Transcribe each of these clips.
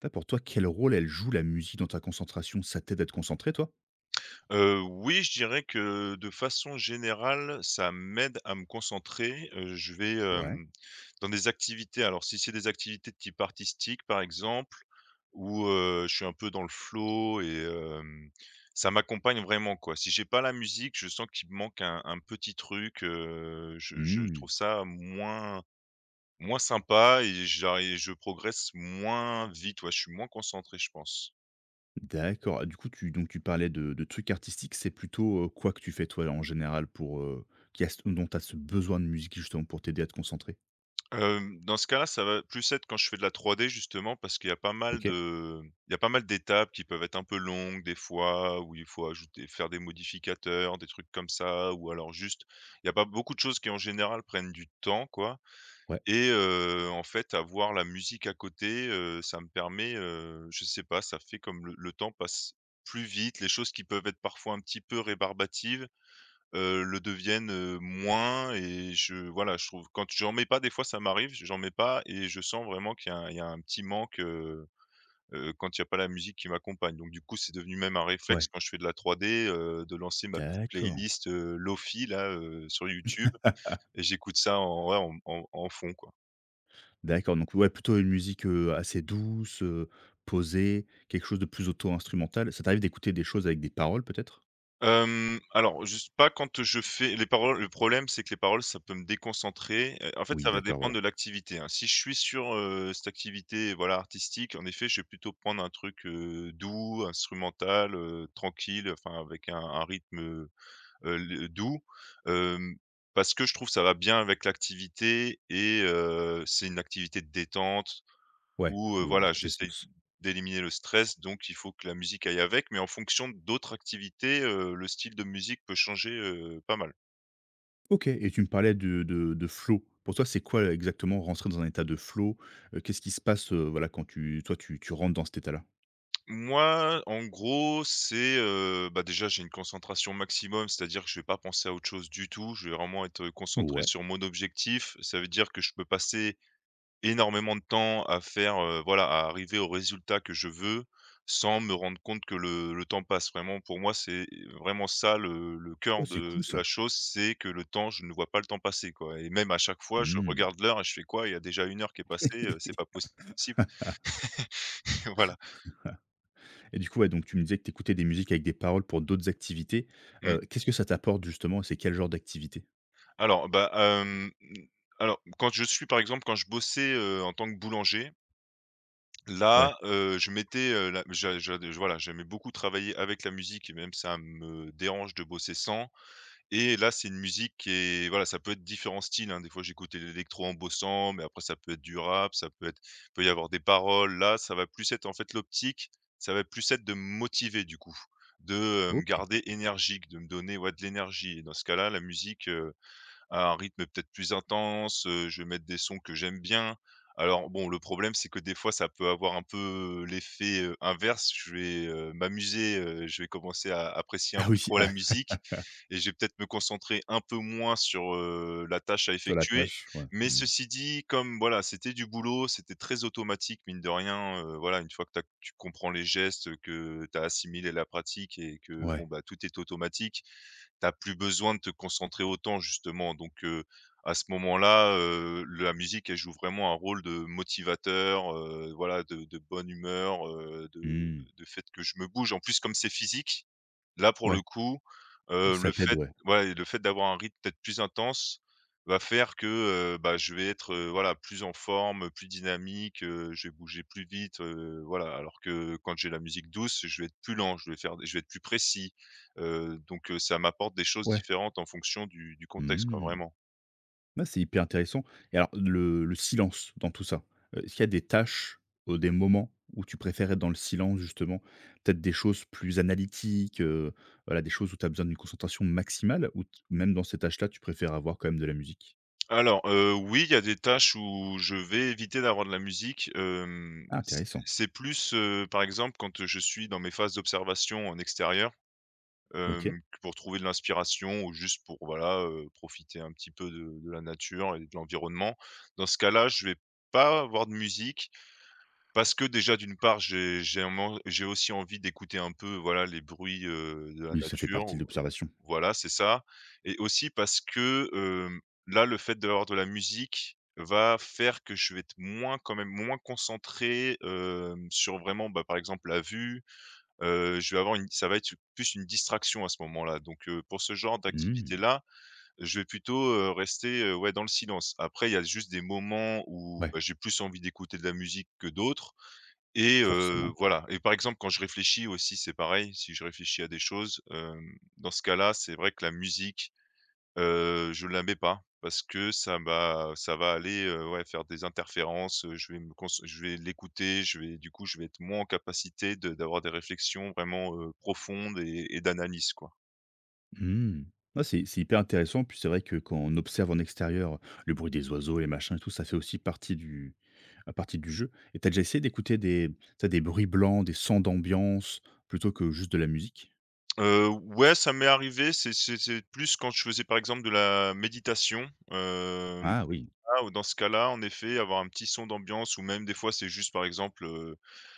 Toi, pour toi, quel rôle elle joue la musique dans ta concentration? Ça t'aide à te concentrer, toi? Oui, je dirais que de façon générale, ça m'aide à me concentrer. Je vais, Ouais. Dans des activités, alors si c'est des activités de type artistique, par exemple, où, je suis un peu dans le flow et ça m'accompagne vraiment, quoi. Si j'ai pas la musique, je sens qu'il me manque un petit truc, je Mmh, trouve ça moins sympa et j'arri je progresse moins vite, ouais, je suis moins concentré, je pense. d'accord. Ah, du coup, tu donc tu parlais de trucs artistiques, c'est plutôt, quoi que tu fais, toi, en général pour, qui a ce dont tu as ce besoin de musique, justement, pour t'aider à te concentrer? Dans ce cas-là, ça va plus être quand je fais de la 3D, justement parce qu'OK. Il y a pas mal d'étapes qui peuvent être un peu longues des fois, où il faut ajouter faire des modificateurs, des trucs comme ça, ou alors juste il y a pas beaucoup de choses qui en général prennent du temps, quoi. Ouais. Et en fait, avoir la musique à côté, ça me permet, je sais pas, ça fait comme le temps passe plus vite, les choses qui peuvent être parfois un petit peu rébarbatives, le deviennent, moins, et je voilà, je trouve quand j'en mets pas, des fois ça m'arrive, j'en mets pas, et je sens vraiment qu'il y a un petit manque, quand il y a pas la musique qui m'accompagne. Donc du coup, c'est devenu même un réflexe Ouais, quand je fais de la 3D, de lancer ma petite d'accord. playlist, lo là, sur YouTube, et j'écoute ça en ouais, en en fond, quoi. D'accord, donc ouais, plutôt une musique, assez douce, posée, quelque chose de plus auto-instrumental. Ça t'arrive d'écouter des choses avec des paroles, peut-être? Alors juste pas quand je fais les paroles, le problème, c'est que les paroles, ça peut me déconcentrer, en fait, Oui, ça va d'accord, voilà. dépendre de l'activité, hein. Si je suis sur, cette activité, voilà, artistique, en effet, je vais plutôt prendre un truc, doux, instrumental, tranquille, enfin avec un rythme, l doux, hem, parce que je trouve ça va bien avec l'activité, et c'est une activité de détente. Ouais, Où, oui, donc voilà, ça fait j'essaye sens. d'éliminer le stress, donc il faut que la musique aille avec, mais en fonction d'autres activités, le style de musique peut changer, pas mal. OK. Et tu me parlais de flow. Pour toi, c'est quoi exactement rentrer dans un état de flow? Qu'est-ce qui se passe, voilà, quand tu toi, tu tu rentres dans cet état-là? Moi, en gros, c'est, bah, déjà, j'ai une concentration maximum, c'est-à-dire que je vais pas penser à autre chose du tout. Je vais vraiment être concentré Ouais. sur mon objectif. Ça veut dire que je peux passer énormément de temps à faire, voilà, à arriver au résultat que je veux, sans me rendre compte que le temps passe. Vraiment, pour moi, c'est vraiment ça le Oh, cœur c'est cool de ça. la chose, c'est que le temps je ne vois pas le temps passer, quoi. Et même à chaque fois, je Mmh. regarde l'heure et je fais: «Quoi? Il y a déjà une heure qui est passée, c'est pas possible». Voilà. Et du coup, ouais, donc tu me disais que tu écoutais des musiques avec des paroles pour d'autres activités. Mmh. Qu'est-ce que ça t'apporte justement? C'est quel genre d'activité? Alors, bah, alors, quand je suis par exemple, quand je bossais, en tant que boulanger, Ouais. là, je m'étais, la j'a j'a je voilà, j'aimais beaucoup travailler avec la musique, et même ça me dérange de bosser sans. Et là, c'est une musique qui est voilà, ça peut être différents styles, hein. Des fois, j'écoutais l'électro en bossant, mais après ça peut être du rap, ça peut être peut y avoir des paroles. Là, ça va plus être en fait l'optique, ça va plus être de me motiver du coup, de, me OK. garder énergique, de me donner, ouais, de l'énergie. Et dans ce cas-là, la musique, à un rythme peut-être plus intense, je vais mettre des sons que j'aime bien. Alors bon, le problème, c'est que des fois, ça peut avoir un peu l'effet, inverse. Je vais, m'amuser, je vais commencer à apprécier un Ah peu oui. trop la Ah, musique, et je vais peut-être me concentrer un peu moins sur, la tâche à sur la effectuer. tâche, ouais. Mais Mmh. ceci dit, comme voilà, c'était du boulot, c'était très automatique mine de rien, voilà, une fois que tu comprends les gestes, que tu as assimilé la pratique, et que Ouais. bon, bah, tout est automatique, t'as plus besoin de te concentrer autant, justement. Donc à ce moment-là, la musique, elle joue vraiment un rôle de motivateur, voilà, de bonne humeur, de Mmh. de fait que je me bouge. En plus, comme c'est physique, là, pour Ouais. le coup, le Ça t'aide, fait ouais. ouais, le fait d'avoir un rythme peut-être plus intense va faire que, bah, je vais être, voilà, plus en forme, plus dynamique, je vais bouger plus vite, voilà. Alors que quand j'ai la musique douce, je vais être plus lent, je vais être plus précis, donc ça m'apporte des choses Ouais. différentes en fonction du contexte, quoi, Mmh. vraiment. Ouais, c'est hyper intéressant. Et alors le silence dans tout ça, est-ce qu'il y a des tâches, des moments où tu préfères être dans le silence justement? Peut-être des choses plus analytiques, voilà, des choses où tu as besoin d'une concentration maximale ou t même dans ces tâches-là, tu préfères avoir quand même de la musique? Alors, oui, il y a des tâches où je vais éviter d'avoir de la musique, Ah, c'est intéressant. c'est plus, par exemple, quand je suis dans mes phases d'observation en extérieur, OK. Pour trouver de l'inspiration, ou juste pour voilà, profiter un petit peu de la nature et de l'environnement. Dans ce cas-là, je vais pas avoir de musique, parce que déjà d'une part j'ai aussi envie d'écouter un peu voilà les bruits, de la Oui, ça fait nature, partie de l'observation. voilà c'est ça. Et aussi parce que, là le fait d'avoir de la musique va faire que je vais être moins, quand même moins concentré, sur vraiment, bah, par exemple la vue, je vais avoir une ça va être plus une distraction à ce moment-là. Donc pour ce genre Mmh. d'activité-là, je vais plutôt, rester, ouais, dans le silence. Après, il y a juste des moments où, Ouais, bah, j'ai plus envie d'écouter de la musique que d'autres. Et forcément. voilà, et par exemple, quand je réfléchis aussi, c'est pareil, si je réfléchis à des choses, dans ce cas-là, c'est vrai que la musique je la mets pas, parce que ça va aller, ouais, faire des interférences, je vais l'écouter, je vais être moins en capacité de d'avoir des réflexions vraiment, profondes et d'analyse, quoi. Mmh. Ouais, c'est hyper intéressant, puis c'est vrai que quand on observe en extérieur le bruit des oiseaux, les machins et tout, ça fait aussi partie du à partie du jeu. Et t'as déjà essayé d'écouter des t'as des bruits blancs, des sons d'ambiance, plutôt que juste de la musique? Ouais, ça m'est arrivé, c'est plus quand je faisais, par exemple, de la méditation, hem Ah oui, ah, ou dans ce cas-là, en effet, avoir un petit son d'ambiance, ou même des fois, c'est juste, par exemple,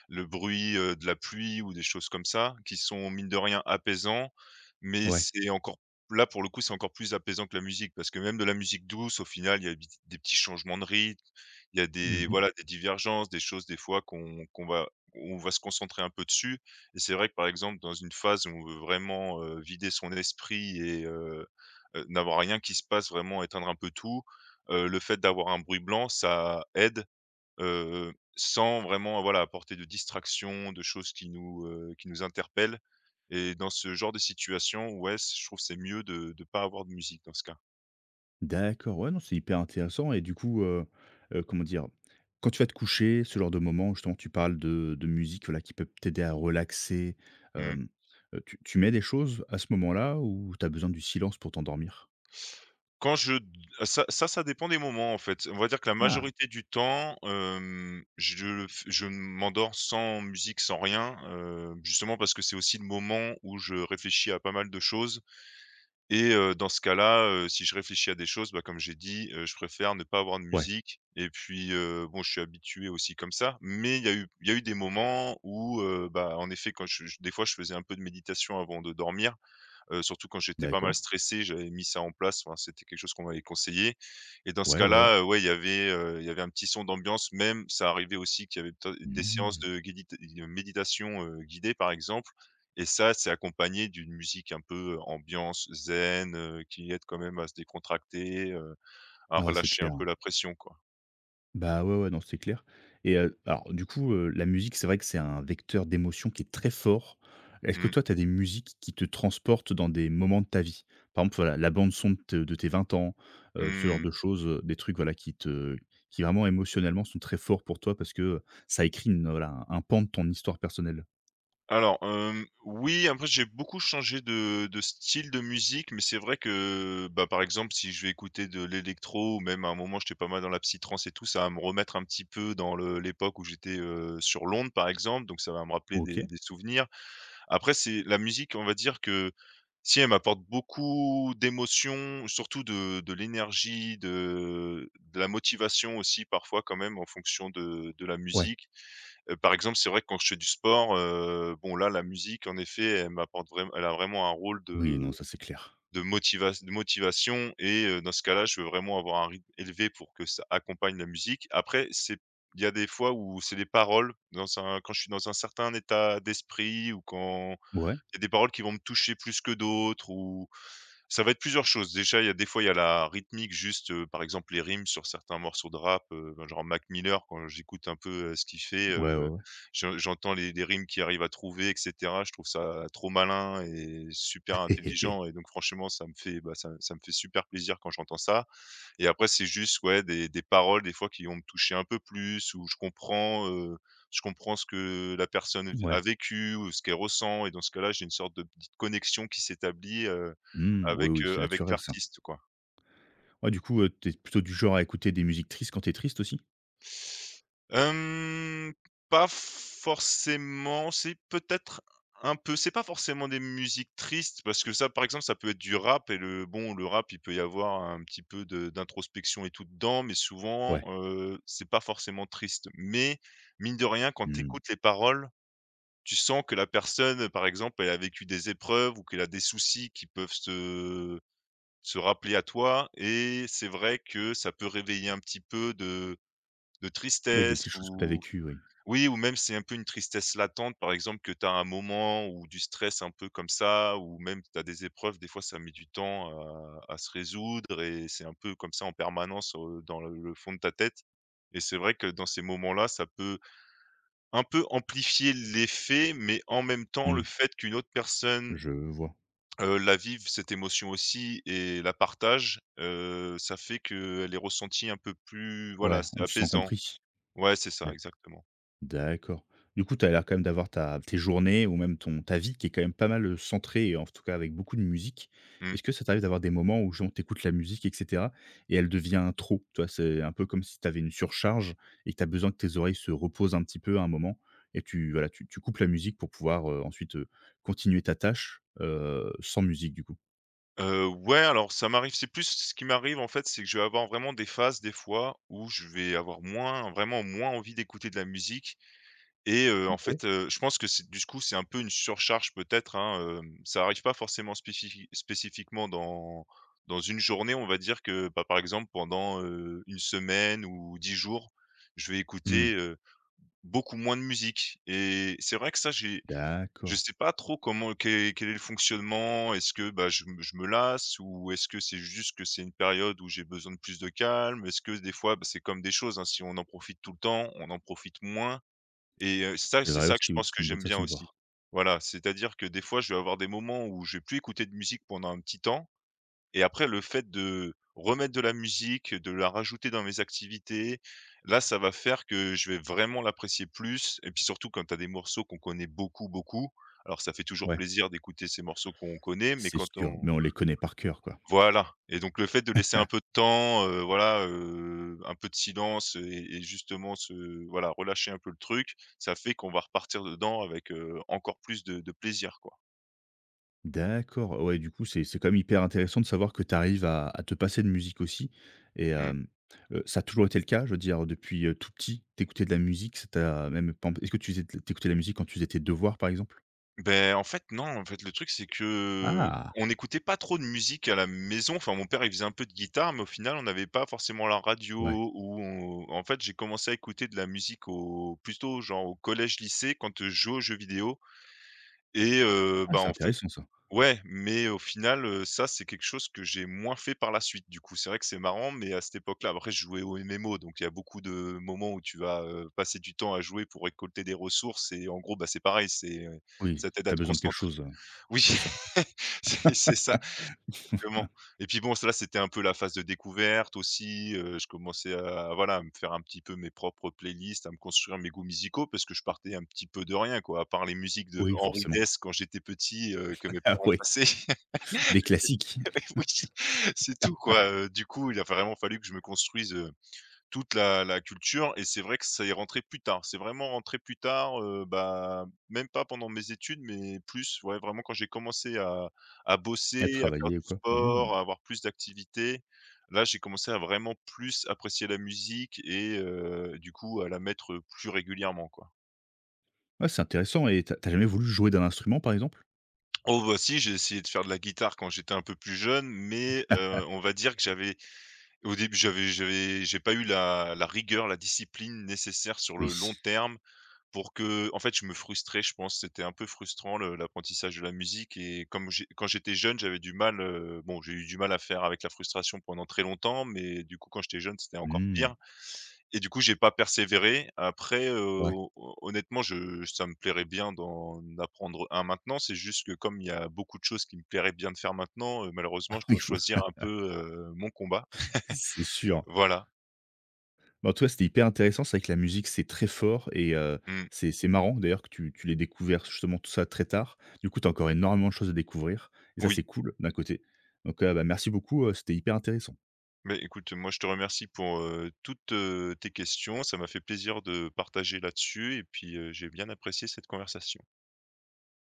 le bruit, de la pluie ou des choses comme ça, qui sont, mine de rien, apaisants. Mais ouais. c'est encore là, pour le coup, c'est encore plus apaisant que la musique, parce que même de la musique douce, au final, il y a bit des petits changements de rythme, il y a des Mmh. voilà, des divergences, des choses des fois qu'on va on va se concentrer un peu dessus. Et c'est vrai que, par exemple, dans une phase où on veut vraiment, vider son esprit, et n'avoir rien qui se passe, vraiment éteindre un peu tout, le fait d'avoir un bruit blanc, ça aide, sans vraiment, voilà, apporter de distraction, de choses qui nous interpellent. Et dans ce genre de situation, ouais, c je trouve que c'est mieux de pas avoir de musique dans ce cas. D'accord, ouais, non, c'est hyper intéressant. Et du coup, comment dire? Quand tu vas te coucher, ce genre de moment, justement, tu parles de musique, voilà, qui peut t'aider à relaxer, Mmh. hem, tu mets des choses à ce moment-là ou tu as besoin du silence pour t'endormir? Quand je ça dépend des moments, en fait. On va dire que la Ah! majorité du temps, je le f je m'endors sans musique, sans rien, justement parce que c'est aussi le moment où je réfléchis à pas mal de choses. Et dans ce cas-là, si je réfléchis à des choses, bah, comme j'ai dit, je préfère ne pas avoir de Ouais. musique, et puis, bon, je suis habitué aussi comme ça. Mais il y a eu des moments où, bah, en effet, quand je des fois, je faisais un peu de méditation avant de dormir. Surtout quand j'étais pas D'accord. mal stressé, j'avais mis ça en place, enfin, c'était quelque chose qu'on m'avait conseillé. Et dans ce Ouais, ouais, ouais. cas-là, ouais, il y avait un petit son d'ambiance même. Ça arrivait aussi qu'il y avait peut des séances Mmh. de guédite de méditation, guidée, par exemple. Et ça, c'est accompagné d'une musique un peu, ambiance zen, qui aide quand même à se décontracter, à Ah, c'est relâcher un peu clair. la pression, quoi. Bah, ouais, ouais, non, c'est clair. Et alors du coup, la musique, c'est vrai que c'est un vecteur d'émotion qui est très fort. Est-ce que Mmh toi, tu as des musiques qui te transportent dans des moments de ta vie? Par exemple, voilà, la bande son de tes 20 ans, ce genre mh. de choses, des trucs, voilà, qui vraiment émotionnellement sont très forts pour toi parce que, ça écrit une, voilà, un pan de ton histoire personnelle. Alors, oui, après j'ai beaucoup changé de style de musique, mais c'est vrai que, bah, par exemple, si je vais écouter de l'électro, ou même à un moment j'étais pas mal dans la psy-trance et tout, ça va me remettre un petit peu dans le l'époque où j'étais, sur Londres, par exemple, donc ça va me rappeler OK. Des souvenirs. Après c'est la musique, on va dire que si elle m'apporte beaucoup d'émotions, surtout de l'énergie, de la motivation aussi parfois quand même en fonction de la Ouais. musique. Par exemple, c'est vrai que quand je fais du sport, bon là, la musique en effet, elle m'apporte vraiment, elle a vraiment un rôle Oui, non, de ça, c'est clair. de motiva de motivation et dans ce cas-là, je veux vraiment avoir un rythme élevé pour que ça accompagne la musique. Après, c'est il y a des fois où c'est des paroles dans un quand je suis dans un certain état d'esprit ou quand Ouais. il y a des paroles qui vont me toucher plus que d'autres ou ça va être plusieurs choses. Déjà, il y a des fois, il y a la rythmique, juste, par exemple, les rimes sur certains morceaux de rap, ben, genre Mac Miller, quand j'écoute un peu, ce qu'il fait, Ouais, ouais, ouais. J'entends les rimes qu'il arrive à trouver et cetera. Je trouve ça trop malin et super intelligent et donc franchement, bah, ça me fait super plaisir quand j'entends ça. Et après, c'est juste, ouais, des paroles, des fois, qui vont me toucher un peu plus où je comprends ce que la personne a Ouais. vécu ou ce qu'elle ressent. Et dans ce cas-là, j'ai une sorte de petite connexion qui s'établit, Mmh, oui, oui, c'est avec naturel ça. l'artiste, quoi. Ouais, du coup, tu plutôt du genre à écouter des musiques tristes quand t'es triste aussi? Hem, pas forcément, c'est peut-être un peu c'est pas forcément des musiques tristes, parce que ça, par exemple, ça peut être du rap. Et le rap, il peut y avoir un petit peu de d'introspection et tout dedans, mais souvent, Ouais. C'est pas forcément triste. Mais mine de rien, quand tu Mmh. écoutes les paroles, tu sens que la personne, par exemple, elle a vécu des épreuves ou qu'elle a des soucis qui peuvent se rappeler à toi. Et c'est vrai que ça peut réveiller un petit peu de Oui, des tristesse petites choses que t'as ou vécues, oui. oui, ou même c'est un peu une tristesse latente, par exemple, que tu as un moment, ou du stress un peu comme ça, ou même tu as des épreuves, des fois ça met du temps à se résoudre, et c'est un peu comme ça en permanence, dans le fond de ta tête. Et c'est vrai que dans ces moments-là, ça peut un peu amplifier l'effet, mais en même temps, Mmh. le fait qu'une autre personne Je vois. La vivre cette émotion aussi et la partage, ça fait qu'elle est ressentie un peu plus, voilà, Ouais, c'est on se sent apaisant. compris. Ouais, c'est ça, exactement. D'accord. Du coup, tu as l'air quand même d'avoir ta tes journées ou même ton ta vie qui est quand même pas mal, centrée en tout cas avec beaucoup de musique. Mmh. Est-ce que ça t'arrive d'avoir des moments où justement tu écoutes la musique et cetera et elle devient trop? Tu vois, c'est un peu comme si tu avais une surcharge et que tu as besoin que tes oreilles se reposent un petit peu à un moment et tu voilà, tu tu coupes la musique pour pouvoir, ensuite, continuer ta tâche, sans musique du coup? Ouais, alors ça m'arrive, c'est plus ce qui m'arrive en fait, c'est que je vais avoir vraiment des phases des fois où je vais avoir moins, vraiment moins envie d'écouter de la musique. Et en fait, je pense que c'est du coup, c'est un peu une surcharge peut-être, hein, ça arrive pas forcément spécifiquement dans une journée, on va dire que, bah, par exemple pendant, 1 semaine ou 10 jours, je vais Mmh. écouter, beaucoup moins de musique. Et c'est vrai que ça, j'ai je D'accord. sais pas trop comment, quel est le fonctionnement. Est-ce que, bah, je me lasse, ou est-ce que c'est juste que c'est une période où j'ai besoin de plus de calme? Est-ce que des fois, bah, c'est comme des choses, hein, si on en profite tout le temps, on en profite moins. Et ça, C'est c'est vrai ça que je aussi, oui, pense c'est que une bonne j'aime bien façon de aussi. voir. Voilà, c'est-à-dire que des fois, je vais avoir des moments où je vais plus écouter de musique pendant un petit temps, et après le fait de remettre de la musique, de la rajouter dans mes activités, là, ça va faire que je vais vraiment l'apprécier plus. Et puis surtout quand tu as des morceaux qu'on connaît beaucoup, beaucoup, alors ça fait toujours Ouais, plaisir d'écouter ces morceaux qu'on connaît, mais c'est quand sûr, on mais on les connaît par cœur, quoi. voilà. Et donc le fait de laisser un peu de temps, voilà, un peu de silence et justement se voilà, relâcher un peu le truc, ça fait qu'on va repartir dedans avec, encore plus de plaisir, quoi. D'accord, ouais, du coup, c'est quand même hyper intéressant de savoir que tu arrives à te passer de musique aussi. Et Mmh. Ça a toujours été le cas? Je veux dire, depuis, tout petit, t'écoutais de la musique, ça t'a même, par exemple, est-ce que tu écoutais de la musique quand tu faisais tes devoirs, par exemple? Beh, en fait, non, en fait, le truc, c'est que Ah! on n'écoutait pas trop de musique à la maison. Enfin, mon père, il faisait un peu de guitare, mais au final, on n'avait pas forcément la Ouais. radio ou on en fait, j'ai commencé à écouter de la musique au plutôt genre au collège, lycée quand je jouais aux jeux vidéo et Ah, bah, c'est en fait. intéressant ça. Ouais, mais au final, ça, c'est quelque chose que j'ai moins fait par la suite, du coup. C'est vrai que c'est marrant, mais à cette époque-là, après, je jouais aux MMO, donc il y a beaucoup de moments où tu vas, passer du temps à jouer pour récolter des ressources, et en gros, bah, c'est pareil, c'est, Oui, ça t'aide à t'as te besoin de quelque concentrer. chose, Oui, c'est ça. c'est ça, exactement. Et puis bon, ça, là, c'était un peu la phase de découverte aussi, je commençais à voilà, à me faire un petit peu mes propres playlists, à me construire mes goûts musicaux parce que je partais un petit peu de rien, quoi, à part les musiques de Oui, Henri forcément. Dess quand j'étais petit, que mes Ah parents ouais. passaient. Des classiques. Oui, c'est tout quoi, du coup, il a vraiment fallu que je me construise, toute la culture, et c'est vrai que ça est rentré plus tard. C'est vraiment rentré plus tard, bah, même pas pendant mes études, mais plus, ouais, vraiment quand j'ai commencé à À bosser, à faire travailler ou du quoi. Mmh. sport, à avoir plus d'activités. Là, j'ai commencé à vraiment plus apprécier la musique et du coup, à la mettre plus régulièrement, quoi. Ouais, c'est intéressant. Et t'as as jamais voulu jouer d'un instrument, par exemple? Oh bah si, j'ai essayé de faire de la guitare quand j'étais un peu plus jeune, mais on va dire que j'avais au début, j'ai pas eu la rigueur, la discipline nécessaire sur Oui. le long terme. Pour que en fait, je me frustrais, je pense. C'était un peu frustrant le l'apprentissage de la musique. Et comme j'ai quand j'étais jeune, j'avais du mal, bon, j'ai eu du mal à faire avec la frustration pendant très longtemps, mais du coup, quand j'étais jeune, c'était encore Hmm. pire, et du coup, j'ai pas persévéré. Après, Ouais. ho honnêtement, je ça me plairait bien d'en apprendre un maintenant. C'est juste que comme il y a beaucoup de choses qui me plairaient bien de faire maintenant, malheureusement, je Il dois faut choisir un peu, mon combat. c'est sûr. Voilà. Bah, en tout cas, c'était hyper intéressant. C'est vrai que la musique, c'est très fort. Et Mmh. c'est marrant d'ailleurs que tu l'aies découvert justement tout ça très tard. Du coup, tu as encore énormément de choses à découvrir. Et ça, Oui, c'est cool d'un côté. Donc bah, merci beaucoup, c'était hyper intéressant. mais écoute, moi je te remercie pour, toutes, tes questions. Ça m'a fait plaisir de partager là-dessus, et puis, j'ai bien apprécié cette conversation.